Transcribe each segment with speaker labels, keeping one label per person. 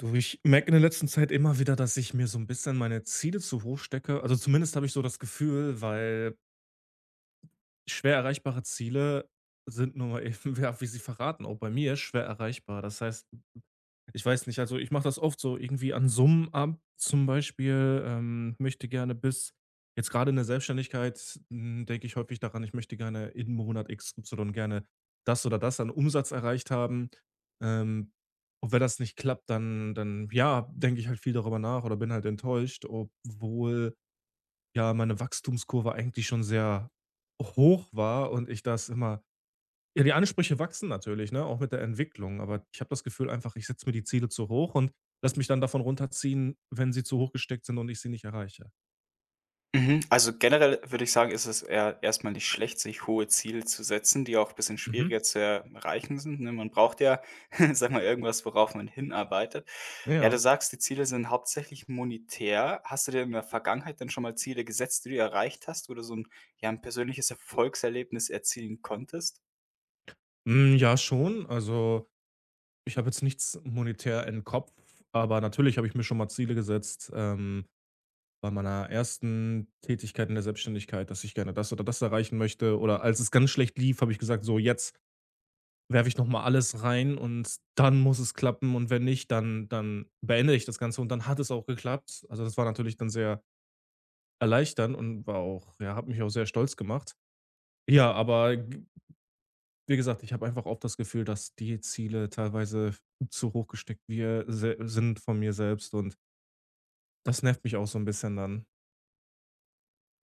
Speaker 1: Du, ich merke in der letzten Zeit immer wieder, dass ich mir so ein bisschen meine Ziele zu hoch stecke. Also, zumindest habe ich so das Gefühl, weil schwer erreichbare Ziele sind nur mal eben, ja, wie sie verraten, auch bei mir schwer erreichbar. Das heißt, ich weiß nicht, also ich mache das oft so irgendwie an Summen ab. Zum Beispiel möchte gerne bis jetzt gerade in der Selbstständigkeit denke ich häufig daran, ich möchte gerne in Monat X Y gerne das oder das an Umsatz erreicht haben. Ähm, und wenn das nicht klappt, dann ja, denke ich halt viel darüber nach oder bin halt enttäuscht, obwohl ja meine Wachstumskurve eigentlich schon sehr hoch war und ich das immer ja, die Ansprüche wachsen natürlich, ne, auch mit der Entwicklung, aber ich habe das Gefühl einfach, ich setze mir die Ziele zu hoch und lasse mich dann davon runterziehen, wenn sie zu hoch gesteckt sind und ich sie nicht erreiche.
Speaker 2: Mhm. Also, generell würde ich sagen, ist es eher erst nicht schlecht, sich hohe Ziele zu setzen, die auch ein bisschen
Speaker 1: Mhm.
Speaker 2: schwieriger zu erreichen sind, ne? Man braucht ja, sag mal, irgendwas, worauf man hinarbeitet. Ja, du
Speaker 1: Ja.
Speaker 2: sagst, die Ziele sind hauptsächlich monetär. Hast du dir in der Vergangenheit dann schon mal Ziele gesetzt, die du erreicht hast, oder ein persönliches Erfolgserlebnis erzielen konntest?
Speaker 1: Hm, ja, schon. Also, ich habe jetzt nichts monetär in Kopf, aber natürlich habe ich mir schon mal Ziele gesetzt, bei meiner ersten Tätigkeit in der Selbstständigkeit, dass ich gerne das oder das erreichen möchte oder als es ganz schlecht lief, habe ich gesagt: „So, jetzt werfe ich noch mal alles rein und dann muss es klappen und wenn nicht, dann beende ich das Ganze und dann hat es auch geklappt. Also, das war natürlich dann sehr erleichternd und war auch ja, hat mich auch sehr stolz gemacht. Ja, aber g wie gesagt, ich habe einfach oft das Gefühl, dass die Ziele teilweise zu hoch gesteckt wir se sind von mir selbst und das nervt mich auch so ein bisschen dann.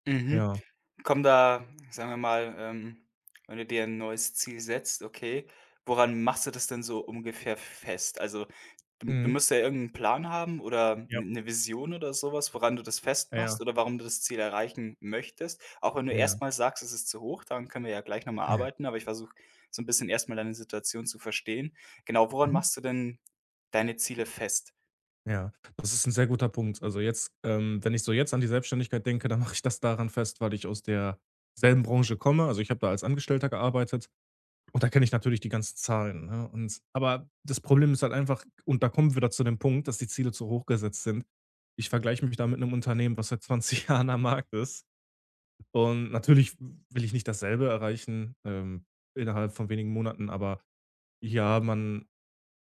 Speaker 2: Mhm.
Speaker 1: Ja.
Speaker 2: Kommen da, sagen wir mal, wenn du dir ein neues Ziel setzt, okay, woran machst du das denn so ungefähr fest? Also, du
Speaker 1: Mhm.
Speaker 2: musst ja irgendeinen Plan haben oder
Speaker 1: Ja.
Speaker 2: eine Vision oder sowas, woran du das festmachst
Speaker 1: Ja,
Speaker 2: oder warum du das Ziel erreichen möchtest. Auch wenn du
Speaker 1: ja.
Speaker 2: erstmal sagst, es ist zu hoch, daran können wir ja gleich nochmal
Speaker 1: Ja.
Speaker 2: arbeiten, aber ich versuche so ein bisschen erstmal deine Situation zu verstehen. Genau, woran
Speaker 1: Mhm.
Speaker 2: machst du denn deine Ziele fest?
Speaker 1: Ja, das ist ein sehr guter Punkt. Also, jetzt wenn ich so jetzt an die Selbstständigkeit denke, dann mache ich das daran fest, weil ich aus derselben Branche komme. Also, ich habe da als Angestellter gearbeitet und da kenne ich natürlich die ganzen Zahlen, ne? Und aber das Problem ist halt einfach und da kommen wir wieder zu dem Punkt, dass die Ziele zu hoch gesetzt sind. Ich vergleiche mich da mit 'nem Unternehmen, was seit 20 Jahren am Markt ist. Und natürlich will ich nicht dasselbe erreichen, innerhalb von wenigen Monaten, aber ja, man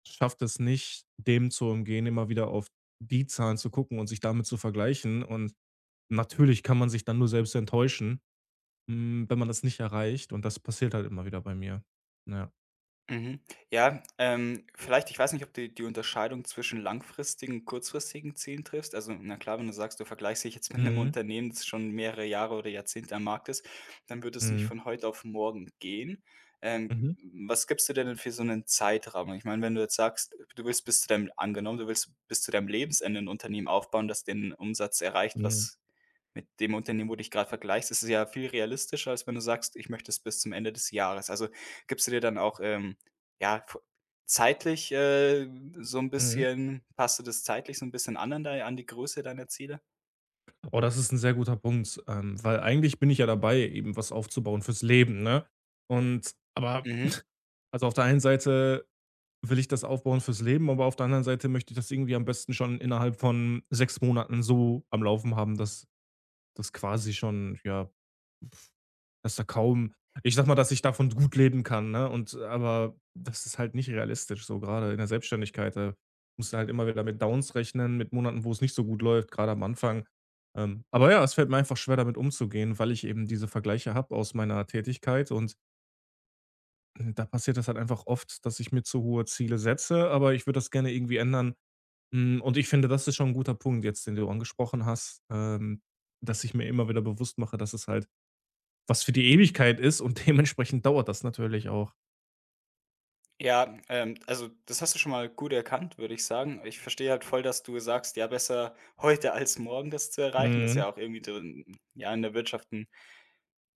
Speaker 1: schafft es nicht, dem zu umgehen, immer wieder auf die Zahlen zu gucken und sich damit zu vergleichen. Und natürlich kann man sich dann nur selbst enttäuschen, wenn man das nicht erreicht. Und das passiert halt immer wieder bei mir. Ja.
Speaker 2: Mhm. Ja, vielleicht, ich weiß nicht, ob du die Unterscheidung zwischen langfristigen und kurzfristigen Zielen triffst. Also, na klar, wenn du sagst, du vergleichst dich jetzt mit einem
Speaker 1: Mhm.
Speaker 2: Unternehmen, das schon mehrere Jahre oder Jahrzehnte am Markt ist, dann wird es nicht
Speaker 1: Mhm.
Speaker 2: von heute auf morgen gehen. Ähm,
Speaker 1: Mhm.
Speaker 2: was gibst du dir denn für so einen Zeitrahmen? Ich meine, wenn du jetzt sagst, du willst bis zu deinem, angenommen, du willst bis zu deinem Lebensende ein Unternehmen aufbauen, das den Umsatz erreicht,
Speaker 1: Mhm.
Speaker 2: was mit dem Unternehmen, wo du dich gerade vergleichst, ist es ja viel realistischer, als wenn du sagst, ich möchte es bis zum Ende des Jahres. Also gibst du dir dann auch ja, v zeitlich, so ein
Speaker 1: Mhm.
Speaker 2: bisschen passt du das zeitlich so ein bisschen an die Größe deiner Ziele?
Speaker 1: Oh, das ist ein sehr guter Punkt, weil eigentlich bin ich ja dabei, eben was aufzubauen fürs Leben, ne? Und aber
Speaker 2: Mhm.
Speaker 1: also, auf der einen Seite will ich das aufbauen fürs Leben, aber auf der anderen Seite möchte ich das irgendwie am besten schon innerhalb von 6 Monaten so am Laufen haben, dass das quasi schon ja, dass da kaum ich sag mal, dass ich davon gut leben kann, ne? Und aber das ist halt nicht realistisch so, gerade in der Selbstständigkeit, da musst du halt immer wieder mit Downs rechnen, mit Monaten, wo es nicht so gut läuft, gerade am Anfang. Aber ja, es fällt mir einfach schwer, damit umzugehen, weil ich eben diese Vergleiche habe aus meiner Tätigkeit und da passiert das halt einfach oft, dass ich mir zu hohe Ziele setze, aber ich würde das gerne irgendwie ändern. Und ich finde, das ist schon ein guter Punkt jetzt, den du angesprochen hast, dass ich mir immer wieder bewusst mache, dass es halt was für die Ewigkeit ist und dementsprechend dauert das natürlich auch.
Speaker 2: Ja, also, das hast du schon mal gut erkannt, würde ich sagen. Ich verstehe halt voll, dass du sagst: „Ja, besser heute als morgen das zu erreichen.“ Das ist ja
Speaker 1: Mhm.
Speaker 2: auch irgendwie drin ja, in der Wirtschaft ein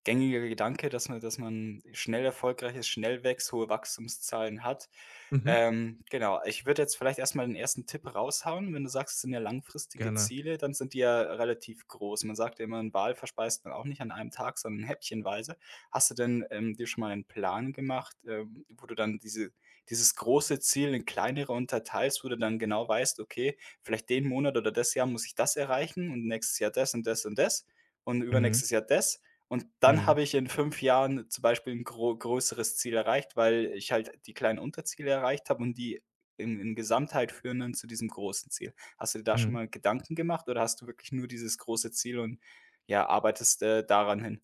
Speaker 2: gängiger Gedanke, dass man schnell erfolgreich ist, schnell wächst, hohe Wachstumszahlen hat.
Speaker 1: Mhm.
Speaker 2: Genau, ich würde jetzt vielleicht erst mal den ersten Tipp raushauen. Wenn du sagst, es sind ja langfristige
Speaker 1: Gerne.
Speaker 2: Ziele, dann sind die ja relativ groß. Man sagt ja immer, ein Wal verspeist man auch nicht an einem Tag, sondern häppchenweise. Hast du denn, dir schon mal einen Plan gemacht, wo du dann dieses große Ziel in kleinere unterteilst, wo du dann genau weißt: „Okay, vielleicht den Monat oder das Jahr muss ich das erreichen und nächstes Jahr das und das und das und
Speaker 1: Mhm.
Speaker 2: übernächstes Jahr das.“ Und dann
Speaker 1: Mhm.
Speaker 2: habe ich in 5 Jahren zum Beispiel ein größeres Ziel erreicht, weil ich halt die kleinen Unterziele erreicht habe und die in Gesamtheit führen dann zu diesem großen Ziel. Hast du dir da schon
Speaker 1: Mhm.
Speaker 2: mal Gedanken gemacht oder hast du wirklich nur dieses große Ziel und, ja, arbeitest, daran hin?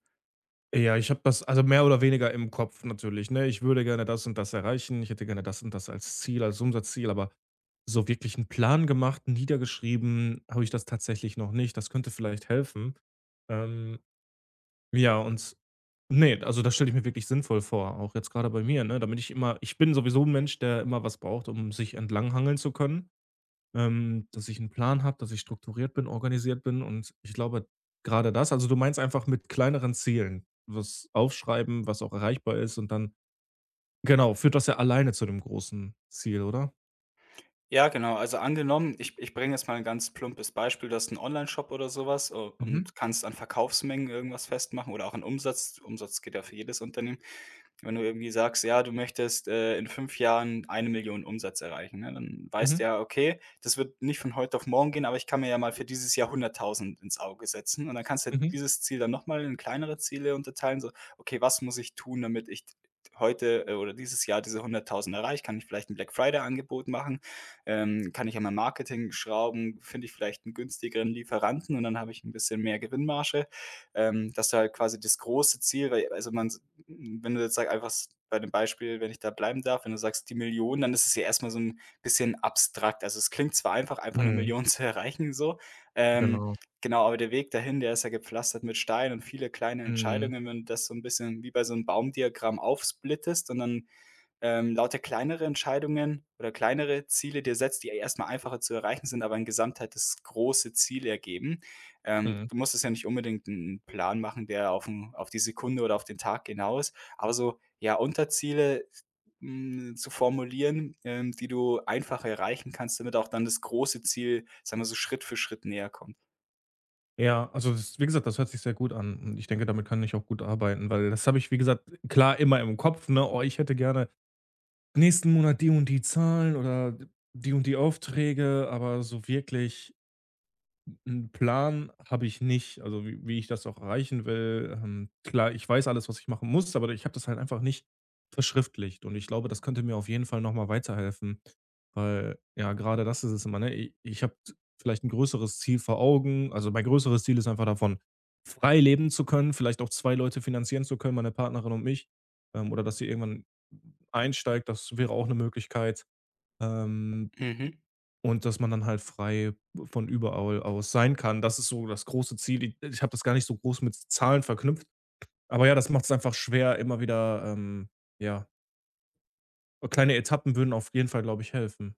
Speaker 1: Ja, ich habe das also mehr oder weniger im Kopf natürlich, ne? Ich würde gerne das und das erreichen. Ich hätte gerne das und das als Ziel, als Umsatzziel, aber so wirklich einen Plan gemacht, niedergeschrieben, habe ich das tatsächlich noch nicht. Das könnte vielleicht helfen. Ähm, ja, und ne, also das stelle ich mir wirklich sinnvoll vor, auch jetzt gerade bei mir, ne? Damit ich immer ich bin sowieso ein Mensch, der immer was braucht, um sich entlanghangeln zu können, dass ich einen Plan habe, dass ich strukturiert bin, organisiert bin und ich glaube, gerade das also, du meinst einfach mit kleineren Zielen was aufschreiben, was auch erreichbar ist und dann genau, führt das ja alleine zu dem großen Ziel, oder?
Speaker 2: Ja, genau. Also, angenommen, ich bringe jetzt mal ein ganz plumpes Beispiel. Du hast einen Online-Shop oder sowas was
Speaker 1: Mhm,
Speaker 2: und kannst an Verkaufsmengen irgendwas festmachen oder auch an Umsatz. Umsatz geht ja für jedes Unternehmen. Wenn du irgendwie sagst, ja, du möchtest, in 5 Jahren 1 Million Umsatz erreichen, ne? Dann weißt
Speaker 1: mhm,
Speaker 2: du ja, okay, das wird nicht von heute auf morgen gehen, aber ich kann mir ja mal für dieses Jahr 100.000 ins Auge setzen. Und dann kannst du
Speaker 1: mhm.
Speaker 2: dieses Ziel dann noch mal in kleinere Ziele unterteilen, so: „Okay, was muss ich tun, damit ich heute, oder dieses Jahr diese 100.000 erreiche? Kann ich vielleicht ein Black Friday Angebot machen? Kann ich an meinem Marketing schrauben? Finde ich vielleicht einen günstigeren Lieferanten und dann habe ich ein bisschen mehr Gewinnmarge?“ Dass du halt quasi das große Ziel weil also, man wenn du jetzt sag einfach s bei dem Beispiel, wenn ich da bleiben darf, wenn du sagst, die Million, dann ist es ja erstmal so ein bisschen abstrakt. Also, es klingt zwar einfach, einfach eine
Speaker 1: Mhm,
Speaker 2: Million zu erreichen so, ähm,
Speaker 1: genau.
Speaker 2: genau, aber der Weg dahin, der ist ja gepflastert mit Steinen und viele kleine
Speaker 1: Mhm,
Speaker 2: Entscheidungen. Wenn du das so ein bisschen wie bei so einem Baumdiagramm aufsplittest und dann lauter kleinere Entscheidungen oder kleinere Ziele dir setzt, die erstmal einfacher zu erreichen sind, aber in Gesamtheit das große Ziel ergeben. Ähm,
Speaker 1: mhm.
Speaker 2: du musst es ja nicht unbedingt einen Plan machen, der auf die Sekunde oder auf den Tag genau ist, aber so, ja, Unterziele, zu formulieren, die du einfacher erreichen kannst, damit auch dann das große Ziel, sagen wir so, Schritt für Schritt näher kommt.
Speaker 1: Ja, also, das wie gesagt, das hört sich sehr gut an und ich denke, damit kann ich auch gut arbeiten, weil das habe ich, wie gesagt, klar immer im Kopf, ne: „Oh, ich hätte gerne nächsten Monat die und die Zahlen oder die und die Aufträge", aber so wirklich einen Plan habe ich nicht, also wie ich das auch erreichen will. Klar, ich weiß alles, was ich machen muss, aber ich habe das halt einfach nicht verschriftlicht und ich glaube, das könnte mir auf jeden Fall noch mal weiterhelfen, weil ja, gerade das ist es immer, ne? I ich habe vielleicht ein größeres Ziel vor Augen. Also, mein größeres Ziel ist einfach davon, frei leben zu können, vielleicht auch 2 Leute finanzieren zu können, meine Partnerin und mich, oder dass sie irgendwann einsteigt, das wäre auch eine Möglichkeit. Ähm
Speaker 2: Mhm,
Speaker 1: und dass man dann halt frei von überall aus sein kann. Das ist so das große Ziel. I ich habe das gar nicht so groß mit Zahlen verknüpft. Aber ja, das macht es einfach schwer, immer wieder, ja, kleine Etappen würden auf jeden Fall, glaube ich, helfen,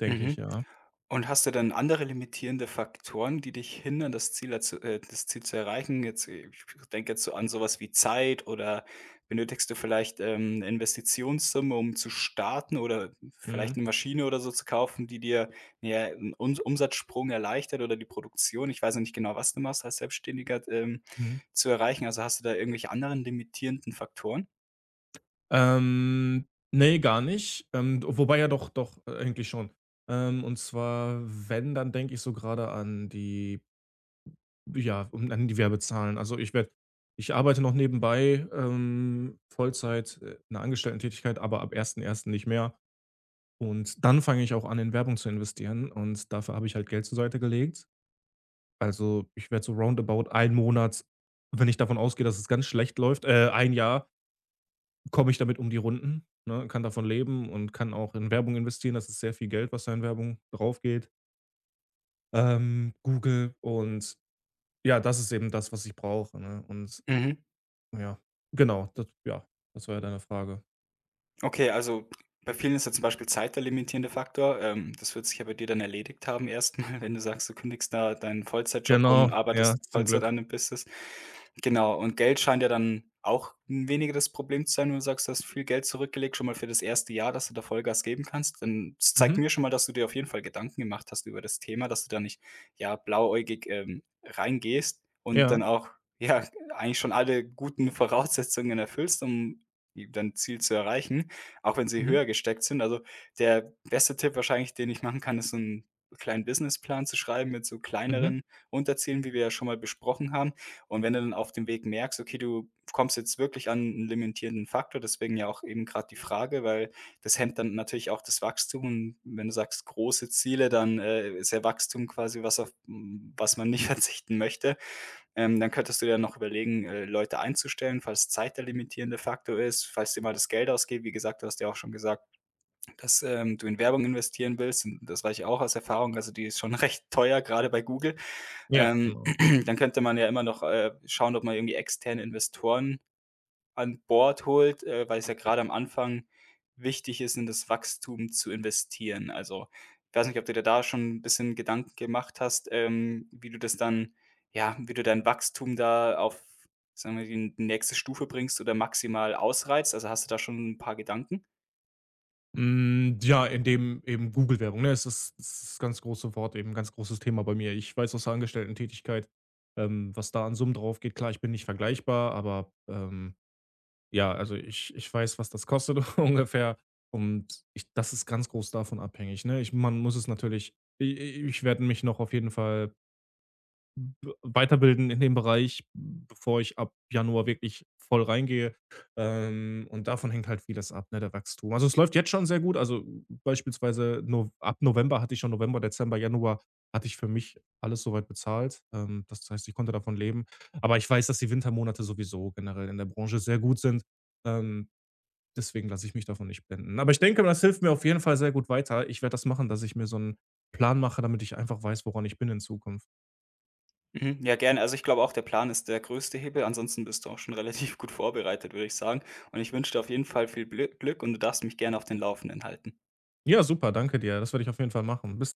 Speaker 1: denke ich,
Speaker 2: mhm.
Speaker 1: ja.
Speaker 2: Und hast du dann andere limitierende Faktoren, die dich hindern, das Ziel dazu das Ziel zu erreichen? Jetzt, ich denke jetzt so an sowas wie Zeit oder benötigst du vielleicht, 'ne Investitionssumme, um zu starten oder vielleicht
Speaker 1: Mhm,
Speaker 2: eine Maschine oder so zu kaufen, die dir, ja, 'n Umsatzsprung erleichtert oder die Produktion, ich weiß ja nicht genau, was du machst als Selbstständiger,
Speaker 1: mhm.
Speaker 2: zu erreichen. Also, hast du da irgendwelche anderen limitierenden Faktoren?
Speaker 1: Ähm, ne, gar nicht. Wobei ja doch, doch, eigentlich schon. Und zwar, wenn, dann denke ich so gerade an die, ja, um dann die Werbezahlen. Also, ich arbeite noch nebenbei, Vollzeit, Angestellten Tätigkeit, aber ab ersten nicht mehr. Und dann fange ich auch an, in Werbung zu investieren und dafür habe ich halt Geld zur Seite gelegt. Also, ich werde so roundabout 1 Monat, wenn ich davon ausgehe, dass es ganz schlecht läuft, 1 Jahr, komme ich damit um die Runden, ne, kann davon leben und kann auch in Werbung investieren. Das ist sehr viel Geld, was da in Werbung draufgeht. Google und ja, das ist eben das, was ich brauche, ne? Und
Speaker 2: Mhm.
Speaker 1: ja, genau, das ja, das war ja deine Frage.
Speaker 2: Okay, also bei vielen ist ja zum Beispiel Zeit der limitierende Faktor. Das wird sich ja bei dir dann erledigt haben erstmal, wenn du sagst, du kündigst da deinen Vollzeitjob und
Speaker 1: Genau, ja,
Speaker 2: arbeitest
Speaker 1: zum
Speaker 2: Vollzeit
Speaker 1: Glück.
Speaker 2: an dem Business. Genau, und Geld scheint ja dann auch weniger das Problem zu sein, wenn du sagst, du hast viel Geld zurückgelegt, schon mal für das erste Jahr, dass du da Vollgas geben kannst. Dann das zeigt
Speaker 1: Mhm,
Speaker 2: mir schon mal, dass du dir auf jeden Fall Gedanken gemacht hast über das Thema, dass du da nicht, ja, blauäugig, reingehst und dann
Speaker 1: ja,
Speaker 2: auch, ja, eigentlich schon alle guten Voraussetzungen erfüllst, um i dein Ziel zu erreichen, auch wenn sie
Speaker 1: mhm,
Speaker 2: höher gesteckt sind. Also, der beste Tipp wahrscheinlich, den ich machen kann, ist so 'n kleinen Businessplan zu schreiben mit so
Speaker 1: mhm,
Speaker 2: kleineren Unterzielen, wie wir ja schon mal besprochen haben. Und wenn du dann auf dem Weg merkst, okay, du kommst jetzt wirklich an 'n limitierenden Faktor, deswegen ja auch eben gerade die Frage, weil das hemmt dann natürlich auch das Wachstum. Und wenn du sagst, große Ziele, dann, ist ja Wachstum quasi was, auf was man nicht verzichten möchte. Dann könntest du dir noch überlegen, Leute einzustellen, falls Zeit der limitierende Faktor ist, falls dir mal das Geld ausgeht. Wie gesagt, du hast ja auch schon gesagt, dass, du in Werbung investieren willst und das weiß ich auch aus Erfahrung. Also, die ist schon recht teuer, gerade bei Google.
Speaker 1: ja,
Speaker 2: Ähm,
Speaker 1: genau.
Speaker 2: Dann könnte man ja immer noch, schauen, ob man irgendwie externe Investoren an Bord holt, weil es ja gerade am Anfang wichtig ist, in das Wachstum zu investieren. Also, ich weiß nicht, ob du dir da schon ein bisschen Gedanken gemacht hast, wie du das dann ja, wie du dein Wachstum da auf, sagen wir, die nächste Stufe bringst oder maximal ausreizt? Also, hast du da schon ein paar Gedanken?
Speaker 1: Hm, ja, in dem eben Google-Werbung, ne? Es ist ganz große Wort eben, ganz großes Thema bei mir. Ich weiß aus der Angestellten-Tätigkeit, was da an Summen draufgeht. Klar, ich bin nicht vergleichbar, aber, ja, also ich weiß, was das kostet ungefähr und ich das ist ganz groß davon abhängig, ne? Ich man muss es natürlich. I ich werde mich noch auf jeden Fall b weiterbilden in dem Bereich, bevor ich ab Januar wirklich voll reingehe. Und davon hängt halt vieles ab, ne, der Wachstum. Also, es läuft jetzt schon sehr gut. Also, beispielsweise Nov ab November hatte ich schon November, Dezember, Januar hatte ich für mich alles soweit bezahlt. Das heißt, ich konnte davon leben. Aber ich weiß, dass die Wintermonate sowieso generell in der Branche sehr gut sind. Ähm, deswegen lasse ich mich davon nicht blenden. Aber ich denke, das hilft mir auf jeden Fall sehr gut weiter. Ich werde das machen, dass ich mir so einen Plan mache, damit ich einfach weiß, woran ich bin in Zukunft.
Speaker 2: Mhm, ja, gerne. Also, ich glaube auch, der Plan ist der größte Hebel. Ansonsten bist du auch schon relativ gut vorbereitet, würde ich sagen. Und ich wünsche dir auf jeden Fall viel Glück und du darfst mich gerne auf den Laufenden halten.
Speaker 1: Ja, super, danke dir. Das werde ich auf jeden Fall machen. Bis